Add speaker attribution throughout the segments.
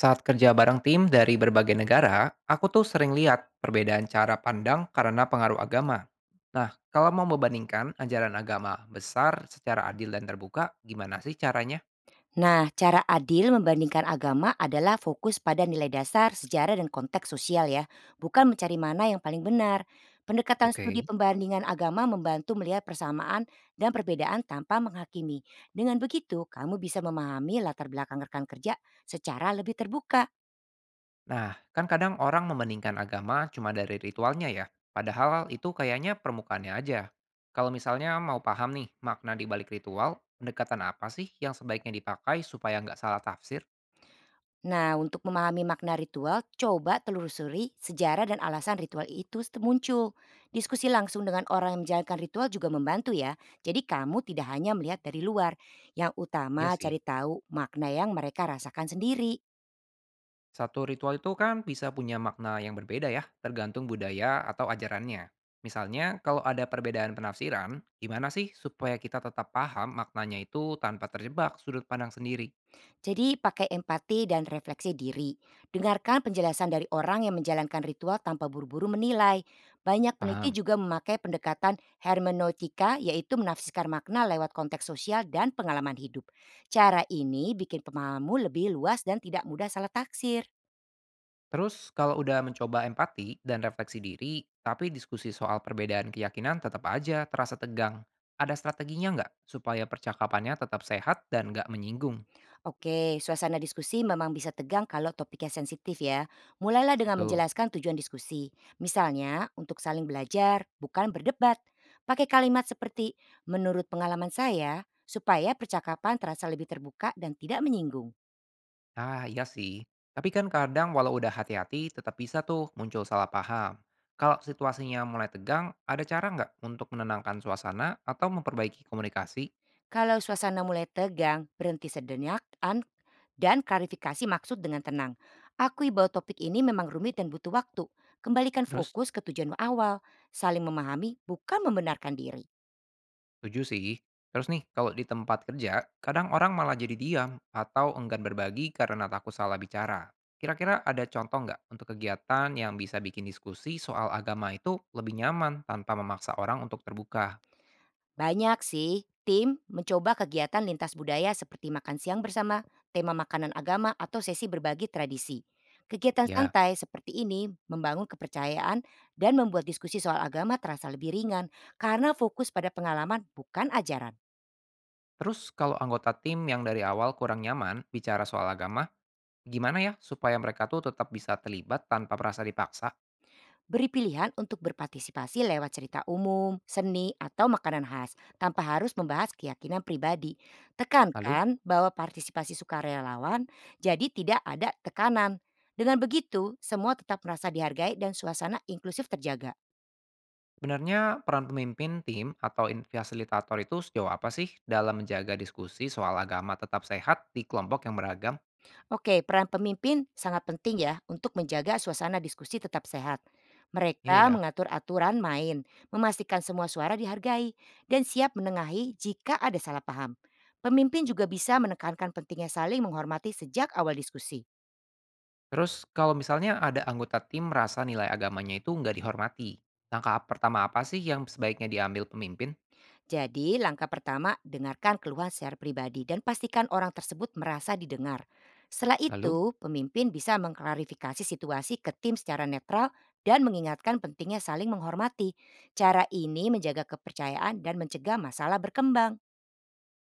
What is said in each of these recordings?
Speaker 1: Saat kerja bareng tim dari berbagai negara, aku tuh sering lihat perbedaan cara pandang karena pengaruh agama. Nah, kalau mau membandingkan ajaran agama besar secara adil dan terbuka, gimana sih caranya?
Speaker 2: Nah, cara adil membandingkan agama adalah fokus pada nilai dasar, sejarah, dan konteks sosial ya, bukan mencari mana yang paling benar. Pendekatan studi
Speaker 1: Oke.
Speaker 2: pembandingan agama membantu melihat persamaan dan perbedaan tanpa menghakimi. Dengan begitu, kamu bisa memahami latar belakang rekan kerja secara lebih terbuka.
Speaker 1: Nah, kan kadang orang membandingkan agama cuma dari ritualnya ya, padahal itu kayaknya permukaannya aja. Kalau misalnya mau paham nih makna di balik ritual, pendekatan apa sih yang sebaiknya dipakai supaya nggak salah tafsir?
Speaker 2: Nah, untuk memahami makna ritual, coba telusuri sejarah dan alasan ritual itu muncul. Diskusi langsung dengan orang yang menjalankan ritual juga membantu ya. Jadi kamu tidak hanya melihat dari luar. Yang
Speaker 1: Iya
Speaker 2: utama
Speaker 1: sih.
Speaker 2: cari tahu makna yang mereka rasakan sendiri.
Speaker 1: Satu ritual itu kan bisa punya makna yang berbeda ya, tergantung budaya atau ajarannya. Misalnya, kalau ada perbedaan penafsiran, gimana sih supaya kita tetap paham maknanya itu tanpa terjebak sudut pandang sendiri?
Speaker 2: Jadi pakai empati dan refleksi diri. Dengarkan penjelasan dari orang yang menjalankan ritual tanpa buru-buru menilai. Banyak peneliti
Speaker 1: Paham.
Speaker 2: juga memakai pendekatan hermeneutika yaitu menafsirkan makna lewat konteks sosial dan pengalaman hidup. Cara ini bikin pemahamu lebih luas dan tidak mudah salah taksir.
Speaker 1: Terus, kalau udah mencoba empati dan refleksi diri, tapi diskusi soal perbedaan keyakinan tetap aja terasa tegang. Ada strateginya nggak supaya percakapannya tetap sehat dan nggak menyinggung?
Speaker 2: Oke, suasana diskusi memang bisa tegang kalau topiknya sensitif ya. Mulailah dengan
Speaker 1: Betul.
Speaker 2: menjelaskan tujuan diskusi. Misalnya, untuk saling belajar, bukan berdebat. Pakai kalimat seperti, menurut pengalaman saya, supaya percakapan terasa lebih terbuka dan tidak menyinggung.
Speaker 1: Ah, iya sih. Tapi kan kadang walau udah hati-hati, tetap bisa tuh muncul salah paham. Kalau situasinya mulai tegang, ada cara nggak untuk menenangkan suasana atau memperbaiki komunikasi?
Speaker 2: Kalau suasana mulai tegang, berhenti sedenyakan dan klarifikasi maksud dengan tenang. Akui bahwa topik ini memang rumit dan butuh waktu. Kembalikan
Speaker 1: Terus,
Speaker 2: fokus ke tujuan awal, saling memahami, bukan membenarkan diri.
Speaker 1: setuju sih. Terus nih, kalau di tempat kerja, kadang orang malah jadi diam atau enggan berbagi karena takut salah bicara. Kira-kira ada contoh nggak untuk kegiatan yang bisa bikin diskusi soal agama itu lebih nyaman tanpa memaksa orang untuk terbuka?
Speaker 2: Banyak sih, tim mencoba kegiatan lintas budaya seperti makan siang bersama, tema makanan agama, atau sesi berbagi tradisi. Kegiatan
Speaker 1: Ya.
Speaker 2: santai seperti ini membangun kepercayaan dan membuat diskusi soal agama terasa lebih ringan karena fokus pada pengalaman bukan ajaran.
Speaker 1: Terus kalau anggota tim yang dari awal kurang nyaman bicara soal agama, gimana ya supaya mereka tuh tetap bisa terlibat tanpa merasa dipaksa?
Speaker 2: Beri pilihan untuk berpartisipasi lewat cerita umum, seni, atau makanan khas tanpa harus membahas keyakinan pribadi.
Speaker 1: Lalu,
Speaker 2: Tekankan bahwa partisipasi sukarelawan jadi tidak ada tekanan. Dengan begitu, semua tetap merasa dihargai dan suasana inklusif terjaga.
Speaker 1: sebenarnya peran pemimpin tim atau fasilitator itu sejauh apa sih dalam menjaga diskusi soal agama tetap sehat di kelompok yang beragam?
Speaker 2: Oke, peran pemimpin sangat penting ya untuk menjaga suasana diskusi tetap sehat.
Speaker 1: Iya
Speaker 2: Mereka
Speaker 1: ya.
Speaker 2: mengatur aturan main, memastikan semua suara dihargai, dan siap menengahi jika ada salah paham. Pemimpin juga bisa menekankan pentingnya saling menghormati sejak awal diskusi.
Speaker 1: Terus, kalau misalnya ada anggota tim merasa nilai agamanya itu nggak dihormati, langkah pertama apa sih yang sebaiknya diambil pemimpin?
Speaker 2: Jadi, langkah pertama, dengarkan keluhan secara pribadi dan pastikan orang tersebut merasa didengar. Setelah
Speaker 1: Lalu,
Speaker 2: itu, pemimpin bisa mengklarifikasi situasi ke tim secara netral dan mengingatkan pentingnya saling menghormati. Cara ini menjaga kepercayaan dan mencegah masalah berkembang.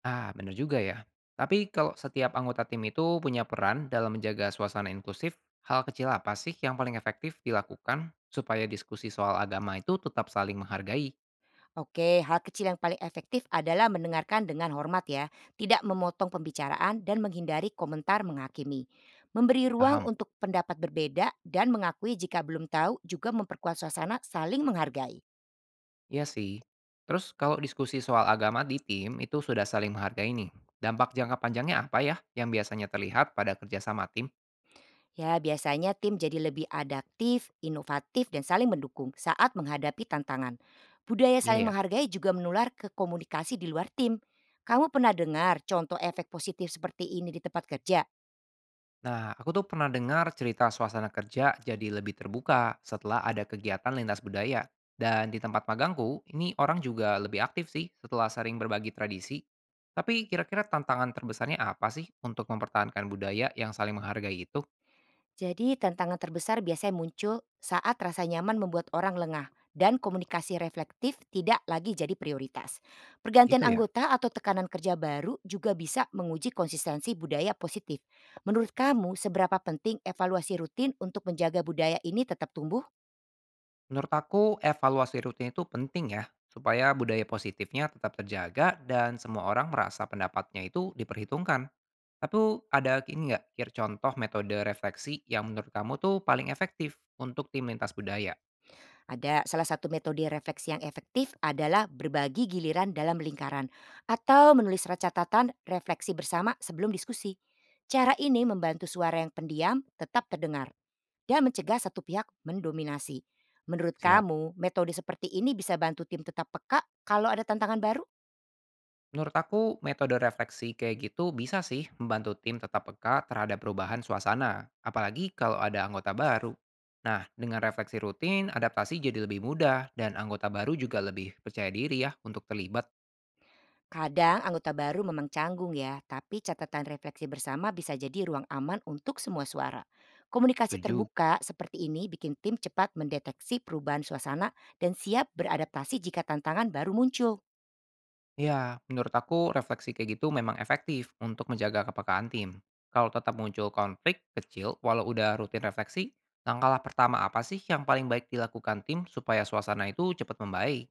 Speaker 1: ah, benar juga ya. Tapi kalau setiap anggota tim itu punya peran dalam menjaga suasana inklusif, hal kecil apa sih yang paling efektif dilakukan supaya diskusi soal agama itu tetap saling menghargai?
Speaker 2: Oke, hal kecil yang paling efektif adalah mendengarkan dengan hormat ya, tidak memotong pembicaraan dan menghindari komentar menghakimi. Memberi ruang
Speaker 1: Paham?
Speaker 2: untuk pendapat berbeda dan mengakui jika belum tahu juga memperkuat suasana saling menghargai.
Speaker 1: Iya sih. Terus kalau diskusi soal agama di tim itu sudah saling menghargai nih, dampak jangka panjangnya apa ya yang biasanya terlihat pada kerjasama tim?
Speaker 2: Ya, biasanya tim jadi lebih adaptif, inovatif, dan saling mendukung saat menghadapi tantangan. Budaya
Speaker 1: Iya
Speaker 2: saling
Speaker 1: ya.
Speaker 2: menghargai juga menular ke komunikasi di luar tim. Kamu pernah dengar contoh efek positif seperti ini di tempat kerja?
Speaker 1: Nah, aku tuh pernah dengar cerita suasana kerja jadi lebih terbuka setelah ada kegiatan lintas budaya. Dan di tempat magangku, ini orang juga lebih aktif sih setelah sering berbagi tradisi. Tapi kira-kira tantangan terbesarnya apa sih untuk mempertahankan budaya yang saling menghargai itu?
Speaker 2: Jadi tantangan terbesar biasanya muncul saat rasa nyaman membuat orang lengah dan komunikasi reflektif tidak lagi jadi prioritas. Pergantian
Speaker 1: Gitu ya.
Speaker 2: anggota atau tekanan kerja baru juga bisa menguji konsistensi budaya positif. Menurut kamu, seberapa penting evaluasi rutin untuk menjaga budaya ini tetap tumbuh?
Speaker 1: Menurut aku, evaluasi rutin itu penting ya, supaya budaya positifnya tetap terjaga dan semua orang merasa pendapatnya itu diperhitungkan. Tapi ada ini nggak, kira contoh metode refleksi yang menurut kamu tuh paling efektif untuk tim lintas budaya?
Speaker 2: Ada salah satu metode refleksi yang efektif adalah berbagi giliran dalam lingkaran atau menulis surat catatan refleksi bersama sebelum diskusi. Cara ini membantu suara yang pendiam tetap terdengar dan mencegah satu pihak mendominasi. Menurut
Speaker 1: Siap.
Speaker 2: kamu, metode seperti ini bisa bantu tim tetap peka kalau ada tantangan baru?
Speaker 1: Menurut aku metode refleksi kayak gitu bisa sih membantu tim tetap peka terhadap perubahan suasana, apalagi kalau ada anggota baru. Nah, dengan refleksi rutin, adaptasi jadi lebih mudah dan anggota baru juga lebih percaya diri ya untuk terlibat.
Speaker 2: Kadang anggota baru memang canggung ya, tapi catatan refleksi bersama bisa jadi ruang aman untuk semua suara. Komunikasi
Speaker 1: Setuju.
Speaker 2: terbuka seperti ini bikin tim cepat mendeteksi perubahan suasana dan siap beradaptasi jika tantangan baru muncul.
Speaker 1: Ya, menurut aku refleksi kayak gitu memang efektif untuk menjaga kepekaan tim. Kalau tetap muncul konflik kecil, walau udah rutin refleksi, langkah pertama apa sih yang paling baik dilakukan tim supaya suasana itu cepat membaik?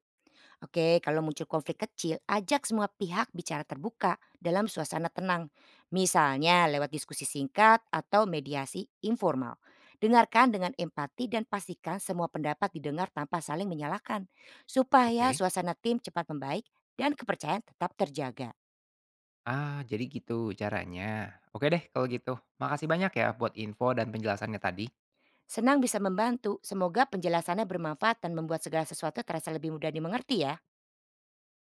Speaker 2: Oke, kalau muncul konflik kecil, ajak semua pihak bicara terbuka dalam suasana tenang. Misalnya lewat diskusi singkat atau mediasi informal. Dengarkan dengan empati dan pastikan semua pendapat didengar tanpa saling menyalahkan. Supaya
Speaker 1: Oke,
Speaker 2: suasana tim cepat membaik dan kepercayaan tetap terjaga.
Speaker 1: ah, jadi gitu caranya. Oke deh kalau gitu. Makasih banyak ya buat info dan penjelasannya tadi.
Speaker 2: Senang bisa membantu, semoga penjelasannya bermanfaat dan membuat segala sesuatu terasa lebih mudah dimengerti ya.